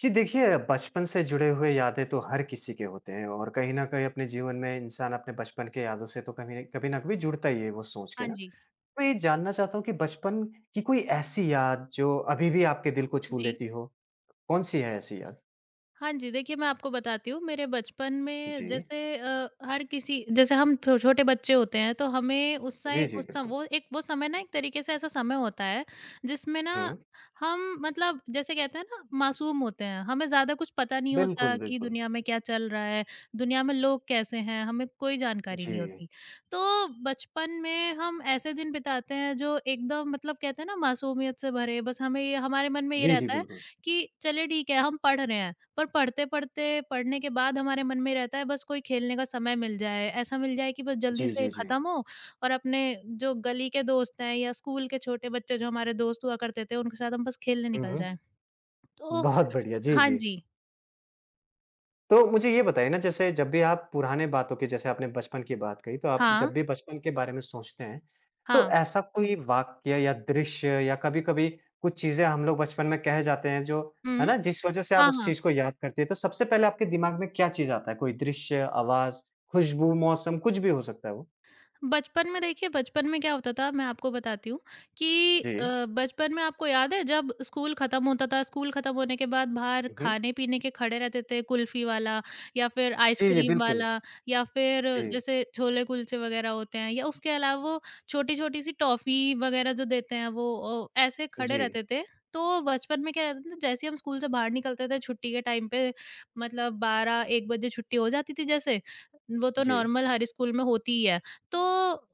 जी देखिए, बचपन से जुड़े हुए यादें तो हर किसी के होते हैं और कहीं न कहीं अपने जीवन में इंसान अपने बचपन के यादों से तो कभी कभी न कभी जुड़ता ही है वो सोच के हाँ ना। जी, मैं ये जानना चाहता हूँ कि बचपन की कोई ऐसी याद जो अभी भी आपके दिल को छू जी। लेती हो? कौन-सी है ऐसी याद? हाँ जी, देखिए मैं आपको बताती हूँ। मेरे बचपन में जी। जैसे हर किसी जैसे हम छो छोटे बच्चे होते हैं, तो हमें उस जी, साय जी, उस सम बिल्कुल। वो एक वो समय, ना एक तरीके से ऐसा समय होता है, जिसमें ना हुँ। हम, मतलब, जैसे कहते हैं ना, मासूम होते हैं। हमें ज़्यादा कुछ पता नहीं बिल्कुल, होता कि बिल्कुल। दुनिया में क्या चल रहा है, दुनिया में लोग कैसे हैं, हमें कोई जानकारी जी। नहीं होती। तो बचपन में हम ऐसे दिन बिताते हैं जो एकदम, मतलब, कहते हैं ना, मासूमियत से भरे। बस हमें ये हमारे मन में ये जी, जी, रहता है बिल्कुल। कि चलिए ठीक है, हम पढ़ रहे हैं। पर पढ़ते-पढ़ते, पढ़ने के बाद हमारे मन में रहता है बस कोई खेलने का समय मिल जाए, ऐसा मिल जाए कि बस जल्दी जी, से जी, जी। ख़त्म हो और अपने जो गली के दोस्त हैं या स्कूल के छोटे बच्चे जो हमारे दोस्त हुआ करते थे, उनके साथ हम बस खेलने हुँ, निकल हुँ। जाएँ। तो बहुत बढ़िया। जी, हाँ जी। जी। तो मुझे ये बताइए ना जैसे जब भी आप पुराने बातों की जैसे आपने बचपन की बात कही, तो आप हाँ, जब भी बचपन के बारे में सोचते हैं, तो हाँ। ऐसा कोई वाक्य या दृश्य या कभी-कभी कुछ चीज़ें हम लोग बचपन में कह जाते हैं जो है हुँ। ना? जिस वज़ह से आप हाँ, उस हाँ। चीज़ को याद करते हैं, तो सबसे पहले आपके दिमाग में क्या चीज़ आता है? कोई दृश्य, आवाज़, खुशबू, मौसम कुछ भी हो सकता है वो? बचपन में, देखिए, बचपन में क्या होता था मैं आपको बताती हूँ कि जी। बचपन में आपको याद है, जब स्कूल खत्म होता था, स्कूल खत्म होने के बाद बाहर हुँ। खाने पीने के खड़े रहते थे कुल्फी वाला या फिर जी, जी, आइसक्रीम बिल्कुल। वाला या फिर जी, जैसे छोले कुलचे वगैरह होते हैं, या उसके अलावा वो छोटी छोटी सी टॉफी वगैरह जो देते हैं, वो ऐसे खड़े जी, रहते थे। तो बचपन में क्या रहता था, जैसे ही हम स्कूल से बाहर निकलते थे छुट्टी के टाइम पे, मतलब बारह एक बजे छुट्टी हो जाती थी, जैसे वो तो जी। नॉर्मल हर स्कूल में होती ही है। तो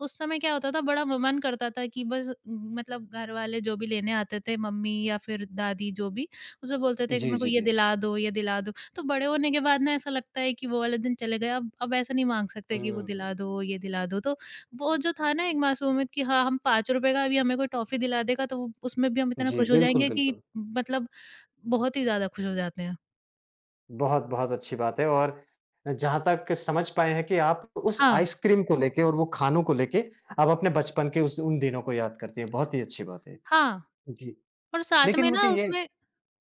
उस समय क्या होता था, बड़ा मन करता था कि बस मतलब घर वाले जो भी लेने आते थे, मम्मी या फिर दादी, जो भी, उसे बोलते थे कि जी, मेरे को जी, ये जी। दिला दो, ये दिला दो। तो बड़े होने के बाद ना ऐसा लगता है कि वो वाले दिन चले गए, अब ऐसा नहीं मांग सकते कि हुँ, वो दिला हुँ। दो, ये दिला दो। तो वो जो था ना एक मासूमियत, कि हाँ, हम पाँच रुपए का भी हमें कोई टॉफी दिला देगा तो उसमें भी हम इतना जी, खुश हो बिल्कुल, जाएंगे कि बिल्कुल। मतलब बहुत ही ज्यादा खुश हो जाते हैं। बहुत, बहुत अच्छी बात है और जहाँ तक समझ पाए हैं कि आप उस हाँ, आइसक्रीम को लेके और वो खानों को लेके आप अपने बचपन के उस उन दिनों को याद करती हैं, बहुत ही अच्छी बात है। हाँ। जी, और साथ लेकिन में ना मुझे ये उसमें,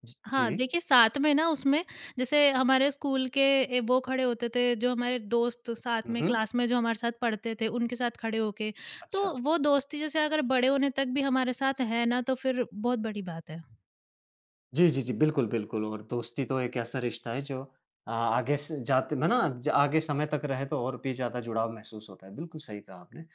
जी, हाँ, जी। देखिए, साथ में ना उसमें, जैसे हमारे स्कूल के, वो खड़े होते थे जो हमारे दोस्त, साथ हुँ, में हुँ, क्लास में जो हमारे साथ पढ़ते थे, उनके साथ खड़े होके, अच्छा। तो वो दोस्ती, जैसे अगर बड़े होने तक भी हमारे साथ है ना, तो फिर बहुत बड़ी बात है। जी, जी, जी। बिल्कुल, बिल्कुल और दोस्ती तो एक ऐसा रिश्ता है जो आगे स जाते है ना? ज आगे समय तक रहे तो और भी ज़्यादा जुड़ाव महसूस होता है। बिल्कुल सही कहा आपने।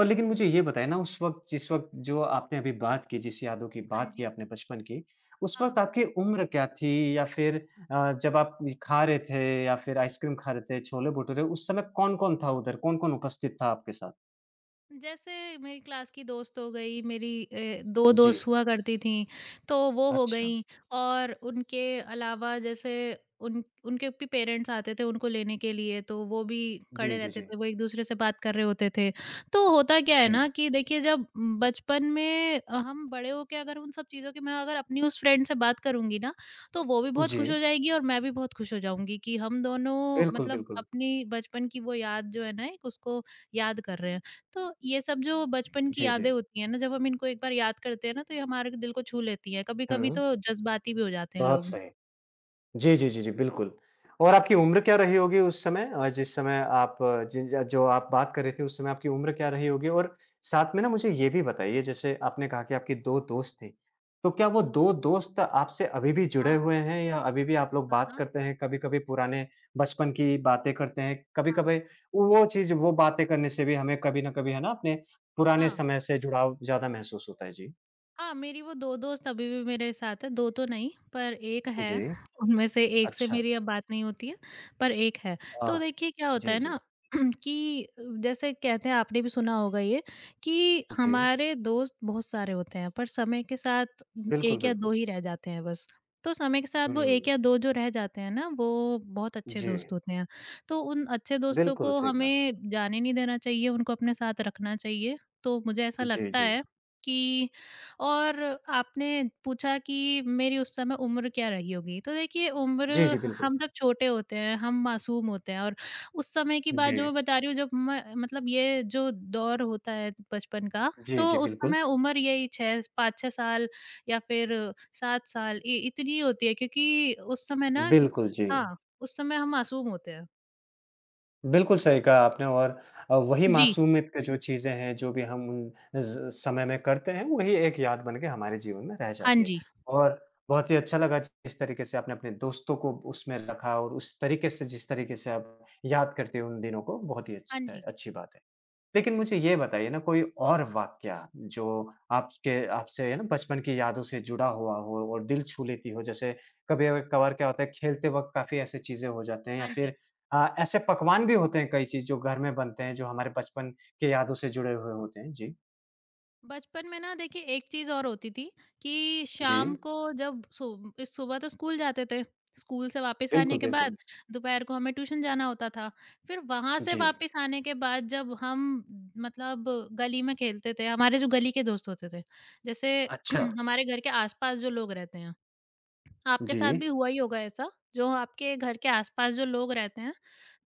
और लेकिन मुझे ये बताइए ना उस वक़्त जिस वक़्त जो आपने अभी बात की, जिस यादों की हाँ बात जी। की आपने बचपन की, उस हाँ। वक़्त आपकी उम्र क्या थी? या फिर जब आप ये खा रहे थे या फिर आइसक्रीम खा रहे थे, छोले-भटूरे उस समय कौन-कौन था उधर? कौन-कौन उपस्थित था आपके साथ? जैसे मेरी क्लास की दोस्त हो गई, मेरी दो जी। दोस्त हुआ करती थी, तो वो हो अच्छा। गई। और उनके अलावा, जैसे, उन उनके भी पेरेंट्स आते थे उनको लेने के लिए, तो वो भी जी, खड़े जी, रहते जी। थे, वो एक दूसरे से बात कर रहे होते थे। तो होता क्या है जी। ना, कि देखिए, जब बचपन में हम बड़े होके अगर उन सब चीज़ों की, मैं अगर अपनी उस फ्रेंड से बात करूंगी ना, तो वो भी बहुत जी। खुश हो जाएगी और मैं भी बहुत खुश हो जाऊंगी कि हम दोनों, बिल्कुल, मतलब, बिल्कुल। अपनी बचपन की वो याद जो है ना, एक, उसको याद कर रहे हैं। तो ये सब जो बचपन की जी, जी। यादें होती हैं ना, जब हम इनको एक बार याद करते हैं ना, तो ये हमारे दिल को छू लेती हैं। कभी-कभी हुँ। तो जज़्बाती भी हो जाते हैं बहुत लोग। सही। जी, जी, जी, जी, बिल्कुल। और आपकी उम्र क्या रही होगी उस समय अ, जिस समय आप जिन जो आप बात कर रहे थे उस समय आपकी उम्र क्या रही होगी? और साथ में ना मुझे ये भी बताइए जैसे आपने कहा कि आपकी 2 दोस्त थी, तो क्या वो 2 दोस्त आपसे अभी भी जुड़े हाँ, हुए हैं या अभी भी आप लोग बात हाँ, करते हैं? कभी-कभी पुराने बचपन की बातें करते हैं, हाँ, कभी-कभी वो चीज़ वो बातें करने से भी हमें कभी न कभी है ना अपने पुराने हाँ। समय से जुड़ाव ज़्यादा महसूस होता है? जी। हाँ, मेरी वो 2 दोस्त अभी भी मेरे साथ है, 2 तो नहीं पर 1 जी। है, उनमें से 1 से अच्छा। मेरी अब बात नहीं होती है, पर 1 है। अ, तो देखिए क्या होता जी, है जी। ना कि जैसे कहते हैं, आपने भी सुना होगा ये, कि जी, हमारे दोस्त बहुत सारे होते हैं पर समय के साथ बिल्कुल, 1 या बिल्कुल। 2 ही रह जाते हैं बस। तो समय के साथ वो 1 हुँ। या 2 जो रह जाते हैं ना, वो बहुत अच्छे जी, दोस्त होते हैं। तो उन अच्छे दोस्तों बिल्कुल को सही कहा। हमें जाने नहीं देना चाहिए, उनको अपने साथ रखना चाहिए। तो मुझे ऐसा जी, लगता जी। है कि, और आपने पूछा कि मेरी उस समय उम्र क्या रही होगी, तो देखिए, उम्र, जी, जी, बिल्कुल। हम जब छोटे होते हैं, हम मासूम होते हैं, और उस समय की बात जो जी। मैं बता रही हूँ जब मैं, मतलब, ये जो दौर होता है बचपन का, जी, तो जी, उस बिल्कुल। समय उम्र यही 6 5-6 साल या फिर 7 साल इ इतनी होती है, क्योंकि उस समय ना, बिल्कुल, जी। हाँ, उस समय हम मासूम होते हैं। बिल्कुल सही कहा आपने और वही जी, मासूमियत की जो चीज़ें हैं, जो भी हम उन ज़ समय में करते हैं, वही एक याद बन के हमारे जीवन में रह हाँ जाती है। जी, और बहुत ही अच्छा लगा जिस तरीके से आपने अपने दोस्तों को उसमें रखा और उस तरीके से जिस तरीके से आप याद करते हो उन दिनों को, बहुत ही हाँ अच्छा है, जी, अच्छी बात है। लेकिन मुझे ये बताइए ना कोई और वाकया जो आपके आपसे है ना बचपन की यादों से जुड़ा हुआ हो और दिल छू लेती हो जैसे कभी-कभार क्या होता है खेलते वक़्त काफ़ी ऐसे चीज़ें हो जाते हैं या हाँ जी। फिर ऐसे पकवान भी होते हैं कई चीज़ जो घर में बनते हैं जो हमारे बचपन के यादों से जुड़े हुए होते हैं। जी, बचपन में ना, देखिए, एक चीज़ और होती थी कि जी। शाम को, जब सु इस सुबह तो स्कूल जाते थे। स्कूल से वापस बिल्कुल, आने के बिल्कुल। बाद दोपहर को हमें ट्यूशन जाना होता था। फिर वहाँ से जी। वापस आने के बाद जब हम, मतलब, गली में खेलते थे, हमारे जो गली के दोस्त होते थे, जैसे अच्छा। हमारे घर के आस-पास जो लोग रहते हैं, आपके जी। साथ भी हुआ ही होगा ऐसा, जो आपके घर के आस-पास जो लोग रहते हैं,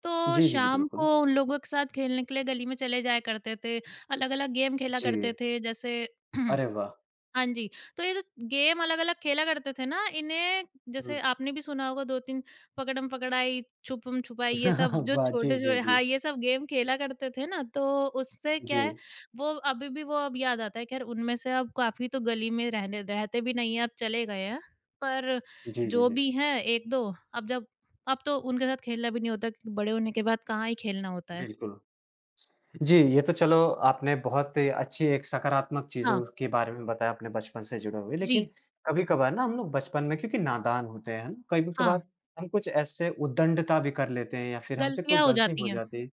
तो जी, जी, जी, शाम बिल्कुल। को उन लोगों के साथ खेलने के लिए गली में चले जाया करते थे। अलग-अलग गेम खेला जी। करते थे, जैसे अरे वाह! हाँ जी, तो ये जो गेम अलग-अलग खेला करते थे ना, इन्हें जैसे हुँ। आपने भी सुना होगा, 2-3 पकड़म-पकड़ाई, छुपम-छुपाई, ये सब, जो वाह! जी, छोटे जी, जो, जी। हाँ, ये सब गेम खेला करते थे ना, तो उससे क्या जी। है, वो अभी भी वो अब याद आता है। खैर, उनमें से अब काफ़ी तो गली में रहने रहते भी नहीं हैं, अब चले गए हैं। पर जी, जी, जी। जो जी भी हैं 1-2, अब, जब, अब तो उनके साथ खेलना भी नहीं होता क्योंकि बड़े होने के बाद कहाँ ही खेलना होता है। बिल्कुल। जी, ये तो चलो आपने बहुत अच्छी एक सकारात्मक हाँ। चीज़ों के बारे में बताया अपने बचपन से जुड़े हुए। जी। लेकिन कभी-कभार ना हम लोग बचपन में क्योंकि नादान होते हैं, है ना? हाँ, कभी-कभार हम कुछ ऐसे उद्दंडता भी कर लेते हैं या फिर हमसे कोई गलतियाँ हो गलती हो जाती हैं। जाती है,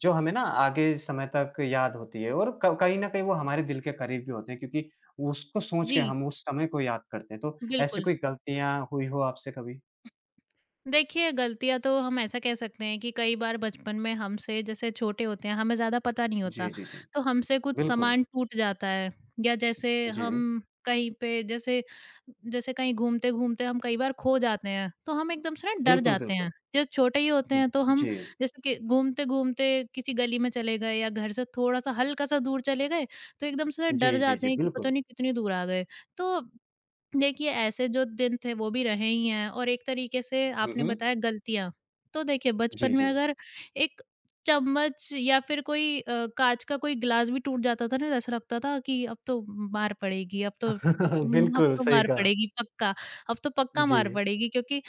जो हमें ना आगे समय तक याद होती है और क कहीं न कहीं वो हमारे दिल के करीब भी होते हैं क्योंकि उसको सोच के जी, हम उस समय को याद करते हैं। तो ऐसी बिल्कुल। कोई गलतियाँ हुई हो आपसे कभी? देखिए, गलतियाँ तो हम ऐसा कह सकते हैं कि कई बार बचपन में हमसे, जैसे छोटे होते हैं, हमें ज़्यादा पता नहीं जी, होता, जी, जी। तो हमसे कुछ बिल्कुल। सामान टूट जाता है या जैसे जी। हम कहीं पे, जैसे, जैसे कहीं घूमते-घूमते हम कई बार खो जाते हैं, तो हम एकदम से ना डर बिल्कुल, जाते हैं। बिल्कुल। जब छोटे ही होते हुँ, हैं, तो हम, जी। जैसे कि घूमते-घूमते किसी गली में चले गए या घर से थोड़ा-सा हल्का-सा दूर चले गए, तो एकदम से डर जी, जी, जाते जी, हैं कि पता बिल्कुल। नहीं कितनी दूर आ गए। तो देखिए, ऐसे जो दिन थे वो भी रहे ही हैं, और एक तरीके से हुँ, आपने हुँ। बताया गलतियाँ। तो देखिए, जी, बचपन में जी। अगर एक चम्मच या फिर कोई काँच का कोई ग्लास भी टूट जाता था ना, तो ऐसा लगता था कि अब तो मार पड़ेगी, अब तो अब बिल्कुल, तो सही मार कहा। पड़ेगी पक्का, अब तो पक्का जी। मार पड़ेगी, क्योंकि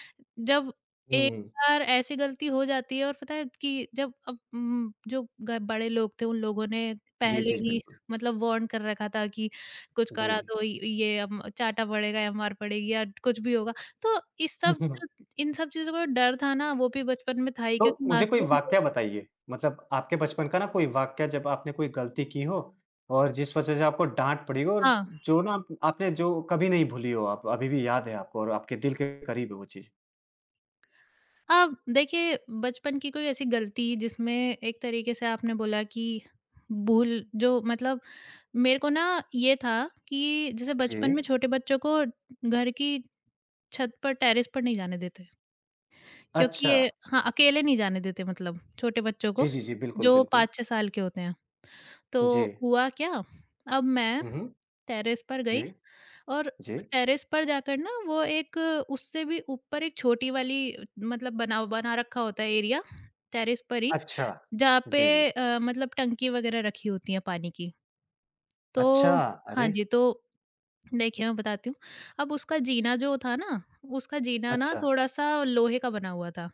जब एक हुँ। बार ऐसी गलती हो जाती है, और पता है कि जब अब जो ग बड़े लोग थे, उन लोगों ने जी, पहले जी, ही, बिल्कुल। मतलब, वार्न कर रखा था कि कुछ जी। करा तो य ये अब चाटा पड़ेगा या मार पड़ेगी या कुछ भी होगा। तो इन सब चीज़ों का डर था ना, वो भी बचपन में था ही तो क्योंकि मुझे कोई मासूम थे। वाकया बताइए, मतलब आपके बचपन का ना कोई वाकया जब आपने कोई गलती की हो और जिस वजह से आपको डाँट पड़ी हो और हाँ। जो ना आपने जो कभी नहीं भूली हो आप, अभी भी याद है आपको और आपके दिल के करीब है वो चीज़? अब देखिए, बचपन की कोई ऐसी गलती जिसमें, एक तरीके से आपने बोला कि, भूल, जो, मतलब, मेरे को ना ये था कि जैसे जी। बचपन में छोटे बच्चों को घर की छत पर, टेरेस पर नहीं जाने देते। क्योंकि अच्छा। ये, हाँ, अकेले नहीं जाने देते, मतलब, छोटे बच्चों जी, को जी, जी, बिल्कुल, जो बिल्कुल। 5-6 साल के होते हैं। जी। तो हुआ क्या, अब मैं हुँ, हुँ। टेरेस पर जी, गई, और जी। टेरेस पर जाकर ना, वो एक, उससे भी ऊपर एक छोटी वाली, मतलब, बना बना रखा होता है एरिया टेरेस पर ही, अच्छा। जहाँ जी, जी। पे मतलब टंकी वगैरह रखी होती है पानी की। अच्छा! तो हाँ अरे! जी, तो देखिए, मैं बताती हूँ, अब उसका जीना जो था ना, उसका जीना ना अच्छा, थोड़ा-सा लोहे का बना हुआ था।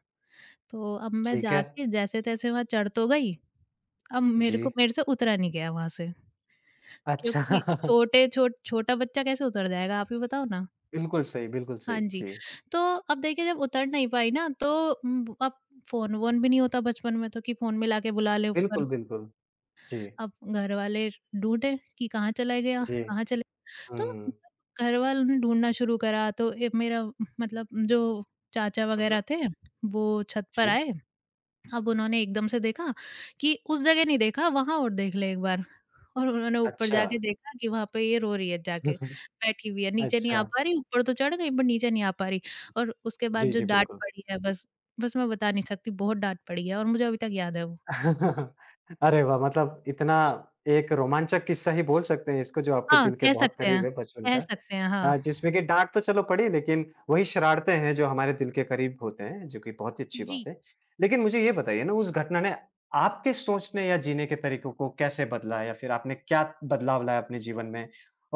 तो अब मैं ठीक है। जाके जैसे-तैसे वहाँ चढ़ तो गई, अब जी। मेरे से उतरा नहीं गया वहाँ से, अच्छा। क्योंकि छोटे छोट छोटा बच्चा कैसे उतर जाएगा आप ही बताओ ना। बिल्कुल सही, बिल्कुल सही। हाँ जी, जी, तो अब देखिए, जब उतर नहीं पाई ना, तो अब फ़ोन-वोन भी नहीं होता बचपन में, तो कि फ़ोन में लाके बुला ले ऊपर। बिल्कुल, बिल्कुल। जी, अब घर वाले ढूँढे कि कहाँ चला गया, जी। कहाँ चले, तो हुँ। घर वालों ने ढूँढना शुरू करा तो ए मेरा, मतलब, जो चाचा हुँ, हुँ। वगैरह थे, वो छत पर जी, आए। अब उन्होंने एकदम से देखा कि उस जगह नहीं देखा, वहाँ और देख ले एक बार। और उन्होंने ऊपर अच्छा। जाके देखा कि वहाँ पे ये रो रही है जाके, बैठी हुई है, नीचे नहीं आ अच्छा। पा रही, ऊपर तो चढ़ गई पर नीचे नहीं आ पा रही। और उसके बाद जी, जो जी, डाँट बिल्कुल। पड़ी है बस, बस मैं बता नहीं सकती, बहुत डाँट पड़ी है, और मुझे अभी तक याद है वो। अरे वाह! मतलब इतना एक रोमांचक किस्सा ही बोल सकते हैं इसको जो आपके हाँ, दिल के बहुत करीब है बचपन का। कह सकते हैं, हाँ, हाँ। जिसमें कि डाँट तो चलो पड़ी लेकिन वही शरारतें हैं जो हमारे दिल के करीब होते हैं, जो कि बहुत ही अच्छी बात जी, है। लेकिन मुझे ये बताइए ना उस घटना ने आपके सोचने या जीने के तरीकों को कैसे बदला या फिर आपने क्या बदलाव लाया अपने जीवन में?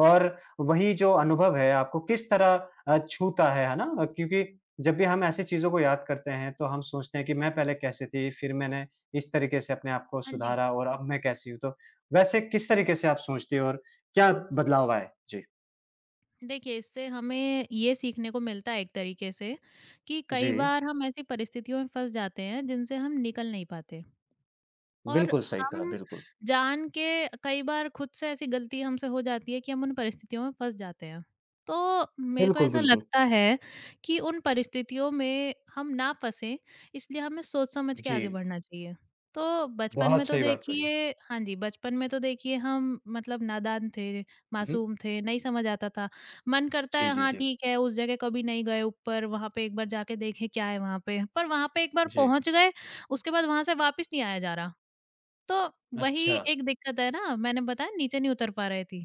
और वही जो अनुभव है आपको किस तरह छूता है ना? क्योंकि जब भी हम ऐसी चीज़ों को याद करते हैं तो हम सोचते हैं कि मैं पहले कैसे थी, फिर मैंने इस तरीके से अपने आप को हाँ जी। सुधारा और अब मैं कैसी हूँ? तो वैसे किस तरीके से आप सोचती हो और क्या बदलाव आए? जी। देखिए, इससे हमें ये सीखने को मिलता है एक तरीके से, कि जी। कई बार हम ऐसी परिस्थितियों में फँस जाते हैं जिनसे हम निकल नहीं पाते। और बिल्कुल सही कहा, हम बिल्कुल। जान के कई बार खुद से ऐसी गलती हमसे हो जाती है कि हम उन परिस्थितियों में फंस जाते हैं। तो मेरे को बिल्कुल, ऐसा बिल्कुल। लगता है कि उन परिस्थितियों में हम ना फँसें, इसलिए हमें सोच-समझ के जी। आगे बढ़ना चाहिए। तो बचपन बहुत में तो सही बात कही। देखिए, हाँ जी, बचपन में तो देखिए हम, मतलब, नादान थे, हुँ, हुँ। मासूम थे, नहीं समझ आता था। मन करता जी, है, जी, हाँ जी। ठीक है, उस जगह कभी नहीं गए ऊपर, वहाँ पे एक बार जाके देखें क्या है वहाँ पे। पर वहाँ पे एक बार जी, पहुँच गए, उसके बाद वहाँ से वापस नहीं आया जा रहा। तो वही अच्छा। एक दिक्कत है ना, मैंने बताया नीचे नहीं उतर पा रही थी।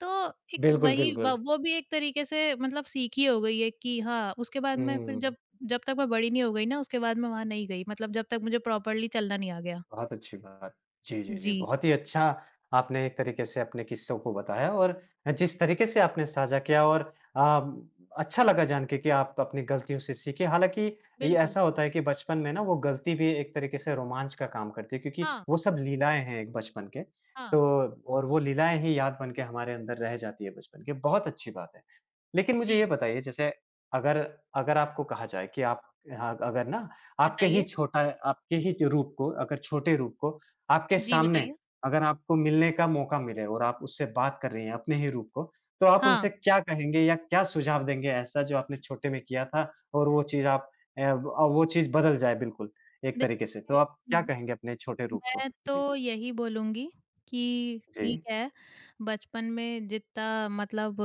तो एक बिल्कुल, वही व बिल्कुल। वो भी एक तरीके से, मतलब, सीख ही हो गई है कि हाँ, उसके बाद मैं फिर हुँ। जब जब तक मैं बड़ी नहीं हो गई ना, उसके बाद मैं वहाँ नहीं गई, मतलब, जब तक मुझे प्रॉपर्ली चलना नहीं आ गया। बहुत अच्छी बात। जी, जी, जी। जी। बहुत ही अच्छा आपने एक तरीके से अपने किस्सों को बताया और जिस तरीके से आपने साझा किया और अम, अच्छा लगा जान के कि आप अपनी गलतियों से सीखे। हालाँकि ये बिल्कुल। ऐसा होता है कि बचपन में ना वो गलती भी एक तरीके से रोमांच का काम करती है क्योंकि हाँ, वो सब लीलाएँ हैं एक बचपन के। तो हाँ। और वो लीलाएँ ही याद बन के हमारे अंदर रह जाती है बचपन के, बहुत अच्छी बात है। लेकिन मुझे ये जी, बताइए जैसे अगर अगर आपको कहा जाए कि आप हाँ, अगर ना आपके ही बताइए। छोटा आपके ही जो रूप को अगर छोटे रूप को आपके जी, सामने बताइए। अगर आपको मिलने का मौका मिले और आप उससे बात कर रही हैं अपने ही रूप को, तो आप हाँ, उनसे क्या कहेंगे या क्या सुझाव देंगे ऐसा जो आपने छोटे में किया था और वो चीज़ आप अ, अ, वो चीज़ बदल जाए बिल्कुल एक तरीके से? तो आप क्या देखिए, कहेंगे अपने छोटे रूप को? मैं जी। तो यही बोलूँगी कि जी। ठीक है, बचपन में जितना, मतलब,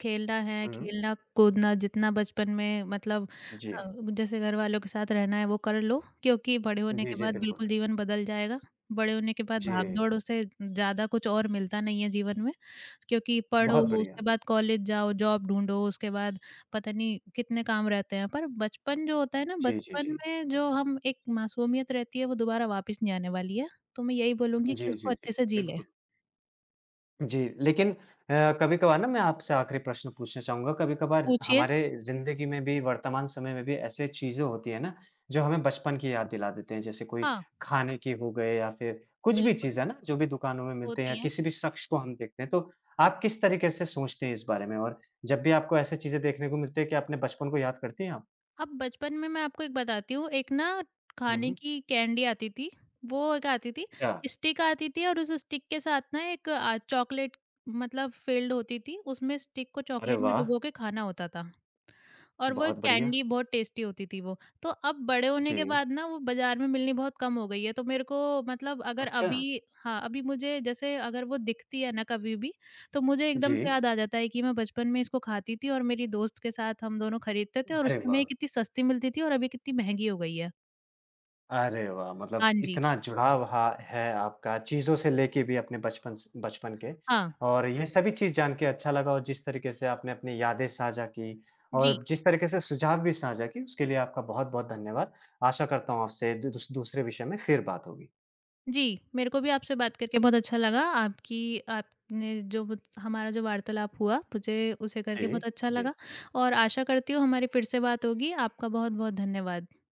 खेलना है, हुँ। खेलना कूदना जितना बचपन में, मतलब, जी। जैसे घर वालों के साथ रहना है वो कर लो, क्योंकि बड़े होने जी, के जी, बाद बिल्कुल। बिल्कुल जीवन बदल जाएगा। बड़े होने के बाद जी। भाग-दौड़ से ज़्यादा कुछ और मिलता नहीं है जीवन में। क्योंकि पढ़ो, बहुत बढ़िया। उसके बाद कॉलेज जाओ, जॉब ढूँढो, उसके बाद पता नहीं कितने काम रहते हैं। पर बचपन जो होता है ना, जी, जी, जी। बचपन में जो हम, एक मासूमियत रहती है, वो दोबारा वापस नहीं आने वाली है। तो मैं यही बोलूँगी जी, कि उसको जी, जी। अच्छे से जी लें। बिल्कुल। जी, लेकिन कभी-कभार ना मैं आपसे आखिरी प्रश्न पूछना चाहूँगा, कभी-कभार पूछिए। हमारे ज़िंदगी में भी, वर्तमान समय में भी ऐसे चीज़ें होती हैं ना, जो हमें बचपन की याद दिला देते हैं। जैसे कोई हाँ, खाने की हो गए या फिर कुछ भी बिल्कुल, चीज़ है ना, जो भी दुकानों में मिलते हैं या होती हैं। किसी भी शख़्स को हम देखते हैं, तो आप किस तरीके से सोचते हैं इस बारे में? और जब भी आपको ऐसी चीज़ें देखने को मिलती है, क्या अपने बचपन को याद करती हैं आप? अब बचपन में मैं आपको एक बताती हूँ, एक ना हुँ, खाने हुँ। की कैंडी आती थी, वो एक आती थी, अच्छा, स्टिक आती थी, और उस स्टिक के साथ ना एक चॉकलेट, मतलब, फ़िल्ड होती थी, उसमें स्टिक को अरे चॉकलेट में वाह! डुबो के खाना होता था। और वो एक बहुत बढ़िया। कैंडी बहुत टेस्टी होती थी वो। तो अब बड़े होने के जी। बाद ना वो बाज़ार में मिलनी बहुत कम हो गई है, तो मेरे को, मतलब, अगर अच्छा, अभी, हाँ, अभी मुझे जैसे अगर वो दिखती है ना कभी भी, तो मुझे एकदम से जी। याद आ जाता है कि मैं बचपन में इसको खाती थी और मेरी दोस्त के साथ हम दोनों खरीदते थे और उस अरे समय ये वाह! कितनी सस्ती मिलती थी और अभी कितनी महंगी हो गई है। अरे वाह! मतलब हाँ जी, इतना जुड़ाव हा है आपका चीज़ों से लेके भी अपने बचपन के हाँ। और ये सभी चीज़ जान के अच्छा लगा और जिस तरीके से आपने अपनी यादें साझा की जी, और जिस तरीके से सुझाव भी साझा की, उसके लिए आपका बहुत-बहुत धन्यवाद। आशा करता हूँ आपसे दू दूस दूसरे विषय में फिर बात होगी। जी। मेरे को भी आपसे बात करके बहुत अच्छा लगा। आपकी आपने जो मुझ हमारा जो वार्तालाप हुआ, मुझे उसे करके जी, बहुत अच्छा जी। लगा, और आशा करती हूँ हमारी फिर से बात होगी। आपका बहुत-बहुत धन्यवाद।